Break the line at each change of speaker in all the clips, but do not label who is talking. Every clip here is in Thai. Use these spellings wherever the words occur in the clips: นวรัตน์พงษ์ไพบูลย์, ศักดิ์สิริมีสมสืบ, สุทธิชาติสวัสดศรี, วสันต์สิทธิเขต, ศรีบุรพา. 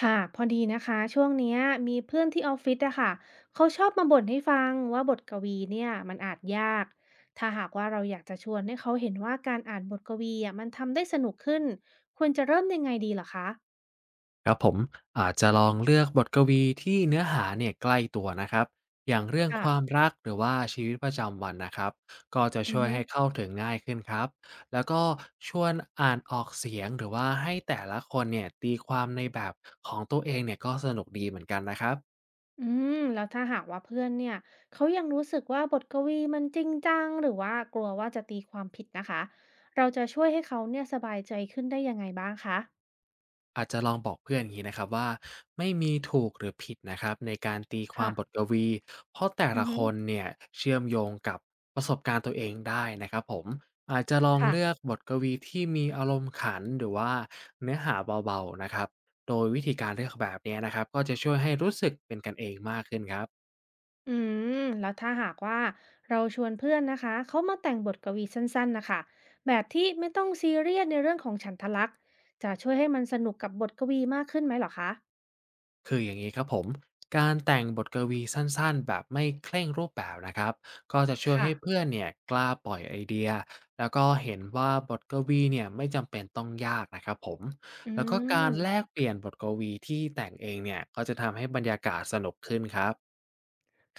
ค่ะพอดีนะคะช่วงเนี้ยมีเพื่อนที่ออฟฟิศอะค่ะเขาชอบมาบ่นให้ฟังว่าบทกวีเนี่ยมันอ่านยากถ้าหากว่าเราอยากจะชวนให้เขาเห็นว่าการอ่านบทกวีอะมันทำได้สนุกขึ้นควรจะเริ่มยังไงดีเหรอคะ
ครับผมอาจจะลองเลือกบทกวีที่เนื้อหาเนี่ยใกล้ตัวนะครับอย่างเรื่อง
ค่ะ
ความรักหรือว่าชีวิตประจำวันนะครับก็จะ
อือ
ช่วย
ฮึ
ให้เข้าถึงง่ายขึ้นครับแล้วก็ชวนอ่านออกเสียงหรือว่าให้แต่ละคนเนี่ยตีความในแบบของตัวเองเนี่ยก็สนุกดีเหมือนกันนะครับ
อืมแล้วถ้าหากว่าเพื่อนเนี่ยเขายังรู้สึกว่าบทกวีมันจริงจังหรือว่ากลัวว่าจะตีความผิดนะคะเราจะช่วยให้เขาเนี่ยสบายใจขึ้นได้ยังไงบ้างคะ
อาจจะลองบอกเพื่อนอย่างนี้นะครับว่าไม่มีถูกหรือผิดนะครับในการตีความ
ค่ะ
บทกวีเพราะแต่
อื
ละ
อ
ค
ฮึ
นเนี่ยเชื่อมโยงกับประสบการณ์ตัวเองได้นะครับผมอาจจะลองเลือ
ค่ะ
กบทกวีที่มีอารมณ์ขันหรือว่าเนื้อหาเบาๆนะครับโดยวิธีการเลือกแบบเนี้ยนะครับก็จะช่วยให้รู้สึกเป็นกันเองมากขึ้นครับ
อืมแล้วถ้าหากว่าเราชวนเพื่อนนะคะเขามาแต่งบทกวีสั้นๆนะคะแบบที่ไม่ต้องซีเรียสในเรื่องของฉันทะลักษณ์จะช่วยให้มันสนุกกับบทกวีมากขึ้นไหมเหรอคะ
คืออย่างนี้ครับผมการแต่งบทกวีสั้นๆแบบไม่เคร่งรูปแบบนะครับ ก็จะช่วย
ค่ะ
ให้เพื่อนเนี่ยกล้าปล่อยไอเดีย แล้วก็เห็นว่าบทกวีเนี่ยไม่จำเป็นต้องยากนะครับผม
อื
แล้วก็การแล
ม
กเปลี่ยนบทกวีที่แต่งเองเนี่ยก็จะทำให้บรรยากาศสนุกขึ้นครับ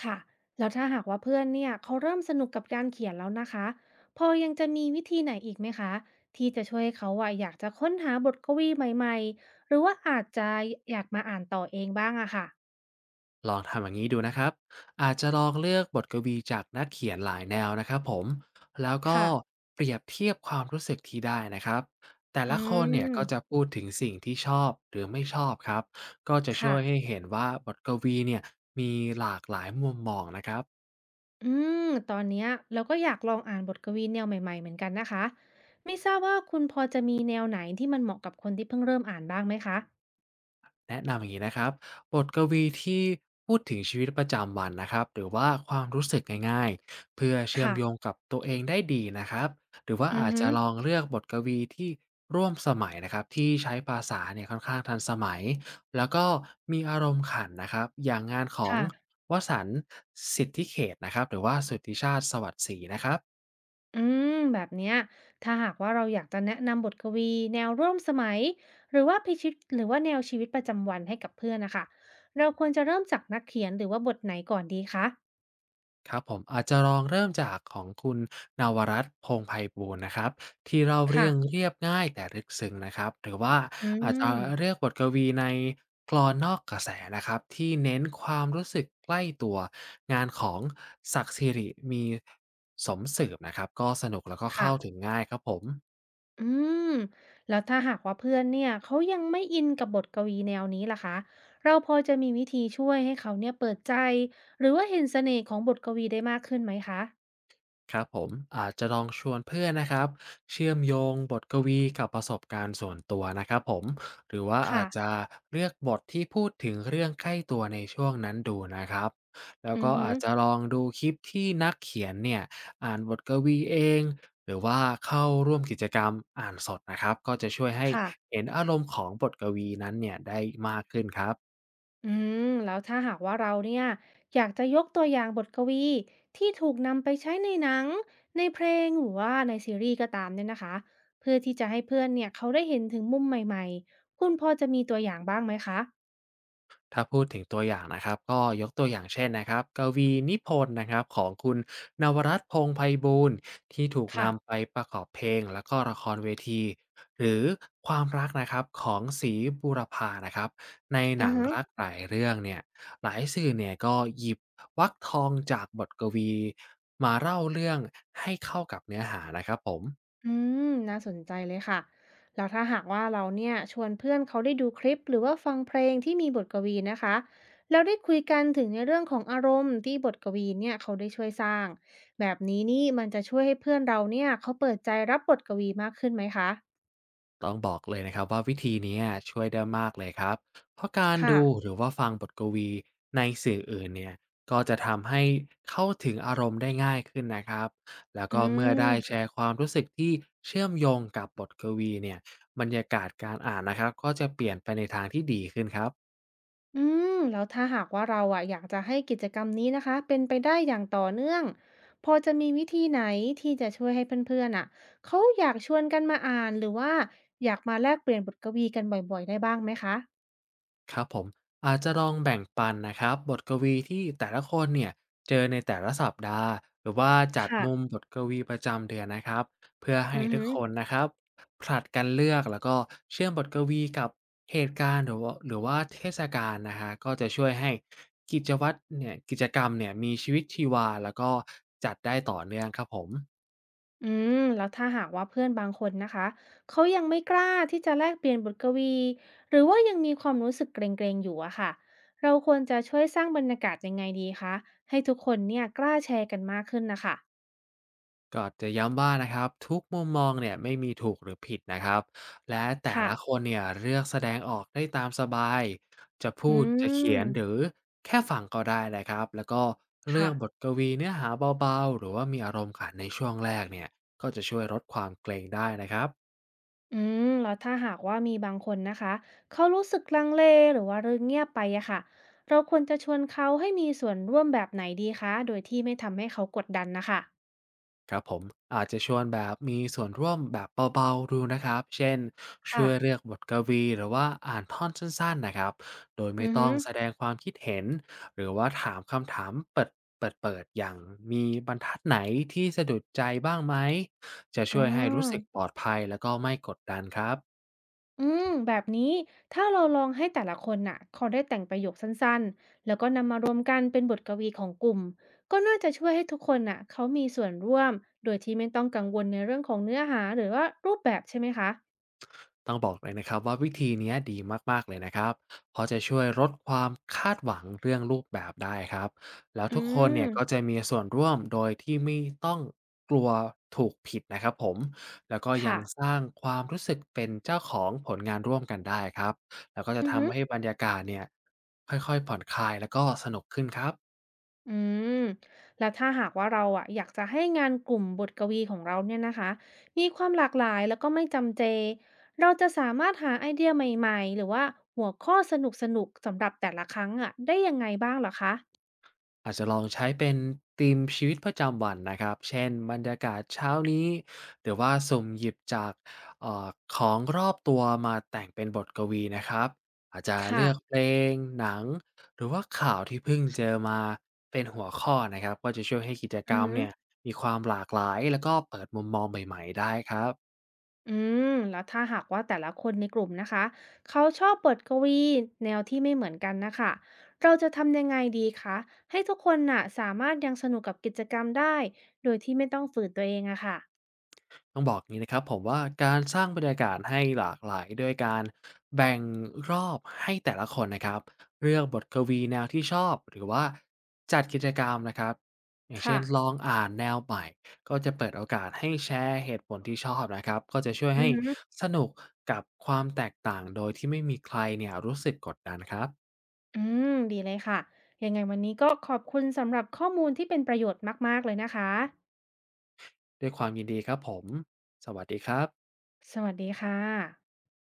ค่ะแล้วถ้าหากว่าเพื่อนเนี่ยเขาเริ่มสนุกกับการเขียนแล้วนะคะพอยังจะมีวิธีไหนอีกไหมคะที่จะช่วยให้เขาอะอยากจะค้นหาบทกวีใหม่ๆหรือว่าอาจจะอยากมาอ่านต่อเองบ้างอะค่ะ
ลองทำอย่างนี้ดูนะครับอาจจะลองเลือกบทกวีจากนักเขียนหลายแนวนะครับผมแล้วก็
ค่ะ
เปรียบเทียบความรู้สึกที่ได้นะครับแต่
อื
ละคนเนี่ยก็จะ
ม
พูดถึงสิ่งที่ชอบหรือไม่ชอบครับก็จะช่วย
ค่ะ
ให้เห็นว่าบทกวีเนี่ยมีหลากหลายมุมมองนะครับ
อืมตอนเนี้ยเราก็อยากลองอ่านบทกวีแนวใหม่ๆเหมือนกันนะคะไม่ทราบว่าคุณพอจะมีแนวไหนที่มันเหมาะกับคนที่เพิ่งเริ่มอ่านบ้างไหมคะ
แนะนำอย่างนี้นะครับบทกวีที่พูดถึงชีวิตประจำวันนะครับหรือว่าความรู้สึกง่ายๆเพื่อเชื่อมโยง
ค่ะ
กับตัวเองได้ดีนะครับหรือว่า
อือ
อาจ
ฮึ
จะลองเลือกบทกวีที่ร่วมสมัยนะครับที่ใช้ภาษาเนี่ยค่อนข้างทันสมัยแล้วก็มีอารมณ์ขันนะครับอย่างงานของ
ค่ะ
วสันต์สิทธิเขตนะครับหรือว่าสุทธิชาติสวัสดศรีนะครับ
อืมแบบเนี้ยถ้าหากว่าเราอยากจะแนะนำบทกวีแนวร่วมสมัยหรือว่าพิชิตหรือว่าแนวชีวิตประจำวันให้กับเพื่อนนะคะเราควรจะเริ่มจากนักเขียนหรือว่าบทไหนก่อนดีคะ
ครับผมอาจจะลองเริ่มจากของคุณนวรัตน์พงษ์ไพบูลย์นะครับที่เล่าเรื่
ค่ะ
องเรียบง่ายแต่ลึกซึ้งนะครับหรือว่า
อื
อาจจะ
ม
เลือกบทกวีในกลอนนอกกระแสนะครับที่เน้นความรู้สึกใกล้ตัวงานของศักดิ์สิริมีสมสืบนะครับก็สนุกแล้วก็เข้าถึ
ค่ะ
งง่ายครับผม
อืมแล้วถ้าหากว่าเพื่อนเนี่ยเขายังไม่อินกับบทกวีแนวนี้ล่ะคะเราพอจะมีวิธีช่วยให้เขาเนี่ยเปิดใจหรือว่าเห็นเสน่ห์ของบทกวีได้มากขึ้นไหมคะ
ครับผมอาจจะลองชวนเพื่อนนะครับเชื่อมโยงบทกวีกับประสบการณ์ส่วนตัวนะครับผมหรือว่าอา
ค่ะ
จจะเลือกบทที่พูดถึงเรื่องใกล้ตัวในช่วงนั้นดูนะครับแล้ว
อือ
ก็
ฮึ
อาจจะลองดูคลิปที่นักเขียนเนี่ยอ่านบทกวีเองหรือว่าเข้าร่วมกิจกรรมอ่านสดนะครับก็จะช่วยให้
ค่ะ
เห็นอารมณ์ของบทกวีนั้นเนี่ยได้มากขึ้นครับ
อืมแล้วถ้าหากว่าเราเนี่ยอยากจะยกตัวอย่างบทกวีที่ถูกนำไปใช้ในหนังในเพลงหรือว่าในซีรีส์ก็ตามเนี่ยนะคะเพื่อที่จะให้เพื่อนเนี่ยเขาได้เห็นถึงมุมใหม่ๆคุณพอจะมีตัวอย่างบ้างไหมคะ
ถ้าพูดถึงตัวอย่างนะครับก็ยกตัวอย่างเช่นนะครับกวีนิพนธ์นะครับของคุณนวรัตน์พงษ์ไพบูลย์ที่ถูก
ค่ะ
นำไปประกอบเพลงแล้วก็ละครเวทีหรือความรักนะครับของศรีบุรพานะครับในห
อื
นั
อ
ง
ฮะ
รักหลายเรื่องเนี่ยหลายสื่อเนี่ยก็หยิบวรรคทองจากบทกวีมาเล่าเรื่องให้เข้ากับเนื้อหานะครับผม
อืมน่าสนใจเลยค่ะแล้วถ้าหากว่าเราเนี่ยชวนเพื่อนเขาได้ดูคลิปหรือว่าฟังเพลงที่มีบทกวีนะคะเราได้คุยกันถึงในเรื่องของอารมณ์ที่บทกวีเนี่ยเขาได้ช่วยสร้างแบบนี้นี่มันจะช่วยให้เพื่อนเราเนี่ยเขาเปิดใจรับบทกวีมากขึ้นไหมคะ
ต้องบอกเลยนะครับว่าวิธีนี้ช่วยได้มากเลยครับเพราะการ
ค่ะ
ดูหรือว่าฟังบทกวีในสื่ออื่นเนี่ยก็จะทำให้เข้าถึงอารมณ์ได้ง่ายขึ้นนะครับแล้ว
อื
ก็เมื่อได้แช
ม
ร์ความรู้สึกที่เชื่อมโยงกับบทกวีเนี่ยบรรยากาศการอ่านนะครับก็จะเปลี่ยนไปในทางที่ดีขึ้นครับ
อืมแล้วถ้าหากว่าเราอะอยากจะให้กิจกรรมนี้นะคะเป็นไปได้อย่างต่อเนื่องพอจะมีวิธีไหนที่จะช่วยให้เพื่อนๆอะเขาอยากชวนกันมาอ่านหรือว่าอยากมาแลกเปลี่ยนบทกวีกันบ่อยๆได้บ้างไหมคะ
ครับผมอาจจะลองแบ่งปันนะครับบทกวีที่แต่ละคนเนี่ยเจอในแต่ละสัปดาห์หรือว่าจัดมุม
ค่ะ
บทกวีประจำเดือนนะครับเพื่อ
อื
ให้
อ
ทุ
หื
ก
อ
คนนะครับผลัดกันเลือกแล้วก็เชื่อมบทกวีกับเหตุการณ์หรือว่าเทศกาลนะฮะก็จะช่วยให้กิจกรรมเนี่ยมีชีวิตชีวาแล้วก็จัดได้ต่อเนื่องครับผม
อืมแล้วถ้าหากว่าเพื่อนบางคนนะคะเขายังไม่กล้าที่จะแลกเปลี่ยนบทกวีหรือว่ายังมีความรู้สึกเกรงๆอยู่อะค่ะเราควรจะช่วยสร้างบรรยากาศยังไงดีคะให้ทุกคนเนี่ยกล้าแชร์กันมากขึ้นนะคะ
ก็จะย้ำว่านะครับทุกมุมมองเนี่ยไม่มีถูกหรือผิดนะครับและแต่
ค่ะ
ละคนเนี่ยเลือกแสดงออกได้ตามสบายจะพู
อื
ดจะเขีย
ม
นหรือแค่ฟังก็ได้นะครับแล้วก็เลื
ค่ะ
อกบทกวีเนื้อหาเบาๆหรือว่ามีอารมณ์ขันในช่วงแรกเนี่ยก็จะช่วยลดความเกรงได้นะครับ
อืมแล้วถ้าหากว่ามีบางคนนะคะเขารู้สึกลังเลหรือว่าเรื่องเงียบไปอะค่ะเราควรจะชวนเขาให้มีส่วนร่วมแบบไหนดีคะโดยที่ไม่ทำให้เขากดดันนะคะ
ครับผมอาจจะชวนแบบมีส่วนร่วมแบบเบาๆดูนะครับเช่นช่
ค่ะ
วยเลือกบทกวีหรือว่าอ่านท่อนสั้นๆนะครับโดยไม่
อือ
ต้
ฮึ
องแสดงความคิดเห็นหรือว่าถามคำถามเปิดเปิดๆอย่างมีบรรทัดไหนที่สะดุดใจบ้างไหมจะ
อ๋
ช่วยให้รู้สึก
อ
ปลอดภัยแล้วก็ไม่กดดันครับ
อืมแบบนี้ถ้าเราลองให้แต่ละคนน่ะเขาได้แต่งประโยคสั้นๆแล้วก็นำมารวมกันเป็นบทกวีของกลุ่มก็น่าจะช่วยให้ทุกคนน่ะเขามีส่วนร่วมโดยที่ไม่ต้องกังวลในเรื่องของเนื้อหาหรือว่ารูปแบบใช่ไหมคะ
ต้องบอกเลยนะครับว่าวิธีเนี้ยดีมากๆเลยนะครับเพราะจะช่วยลดความคาดหวังเรื่องรูปแบบได้ครับแล้ว
อื
ทุกคน
ม
เนี่ยก็จะมีส่วนร่วมโดยที่ไม่ต้องกลัวถูกผิดนะครับผมแล้วก็ยัง
ค่ะ
สร้างความรู้สึกเป็นเจ้าของผลงานร่วมกันได้ครับแล้วก็จะ
อือฮึ
ทำให้บรรยากาศเนี่ยค่อยๆผ่อนคลายแล้วก็สนุกขึ้นครับ
อืมแล้วถ้าหากว่าเราอะอยากจะให้งานกลุ่มบทกวีของเราเนี่ยนะคะมีความหลากหลายแล้วก็ไม่จำเจเราจะสามารถหาไอเดียใหม่ๆหรือว่าหัวข้อสนุกๆสำหรับแต่ละครั้งอะได้ยังไงบ้างเหรอคะ
อาจจะลองใช้เป็นธีมชีวิตประจำวันนะครับ เช่นบรรยากาศเช้านี้หรือว่าสุ่มหยิบจากเออของรอบตัวมาแต่งเป็นบทกวีนะครับ อาจจะ
ค่ะ
เลือกเพลงหนัง หรือว่าข่าวที่เพิ่งเจอมาเป็นหัวข้อนะครับก็จะช่วยให้กิจก
อื
ร
อ
รม
ฮึอ
เนี่ยมีความหลากหลายแล้วก็เปิดมุมมองใหม่ๆได้ครับ
อืมแล้วถ้าหากว่าแต่ละคนในกลุ่มนะคะเขาชอบบทกวีแนวที่ไม่เหมือนกันนะคะเราจะทำยังไงดีคะให้ทุกคนน่ะสามารถยังสนุกกับกิจกรรมได้โดยที่ไม่ต้องฝืนตัวเองอะค่ะ
ต้องบอกอย่างงี้นะครับผมว่าการสร้างบรรยากาศให้หลากหลายโดยการแบ่งรอบให้แต่ละคนนะครับเลือกบทกวีแนวที่ชอบหรือว่าจัดกิจกรรมนะครับอย่างเช่
ค่ะ
นลองอ่านแนวใหม่ก็จะเปิดโอกาสให้แชร์เหตุผลที่ชอบนะครับก็จะช่วย
อือ
ให้
ฮึ
สนุกกับความแตกต่างโดยที่ไม่มีใครเนี่ยรู้สึกกดดันครับ
อืมดีเลยค่ะ ยังไงวันนี้ก็ขอบคุณสำหรับข้อมูลที่เป็นประโยชน์มากๆเลยนะคะ
ด้วยความยินดีครับผมสวัสดีครับ
สวัสดีค่ะ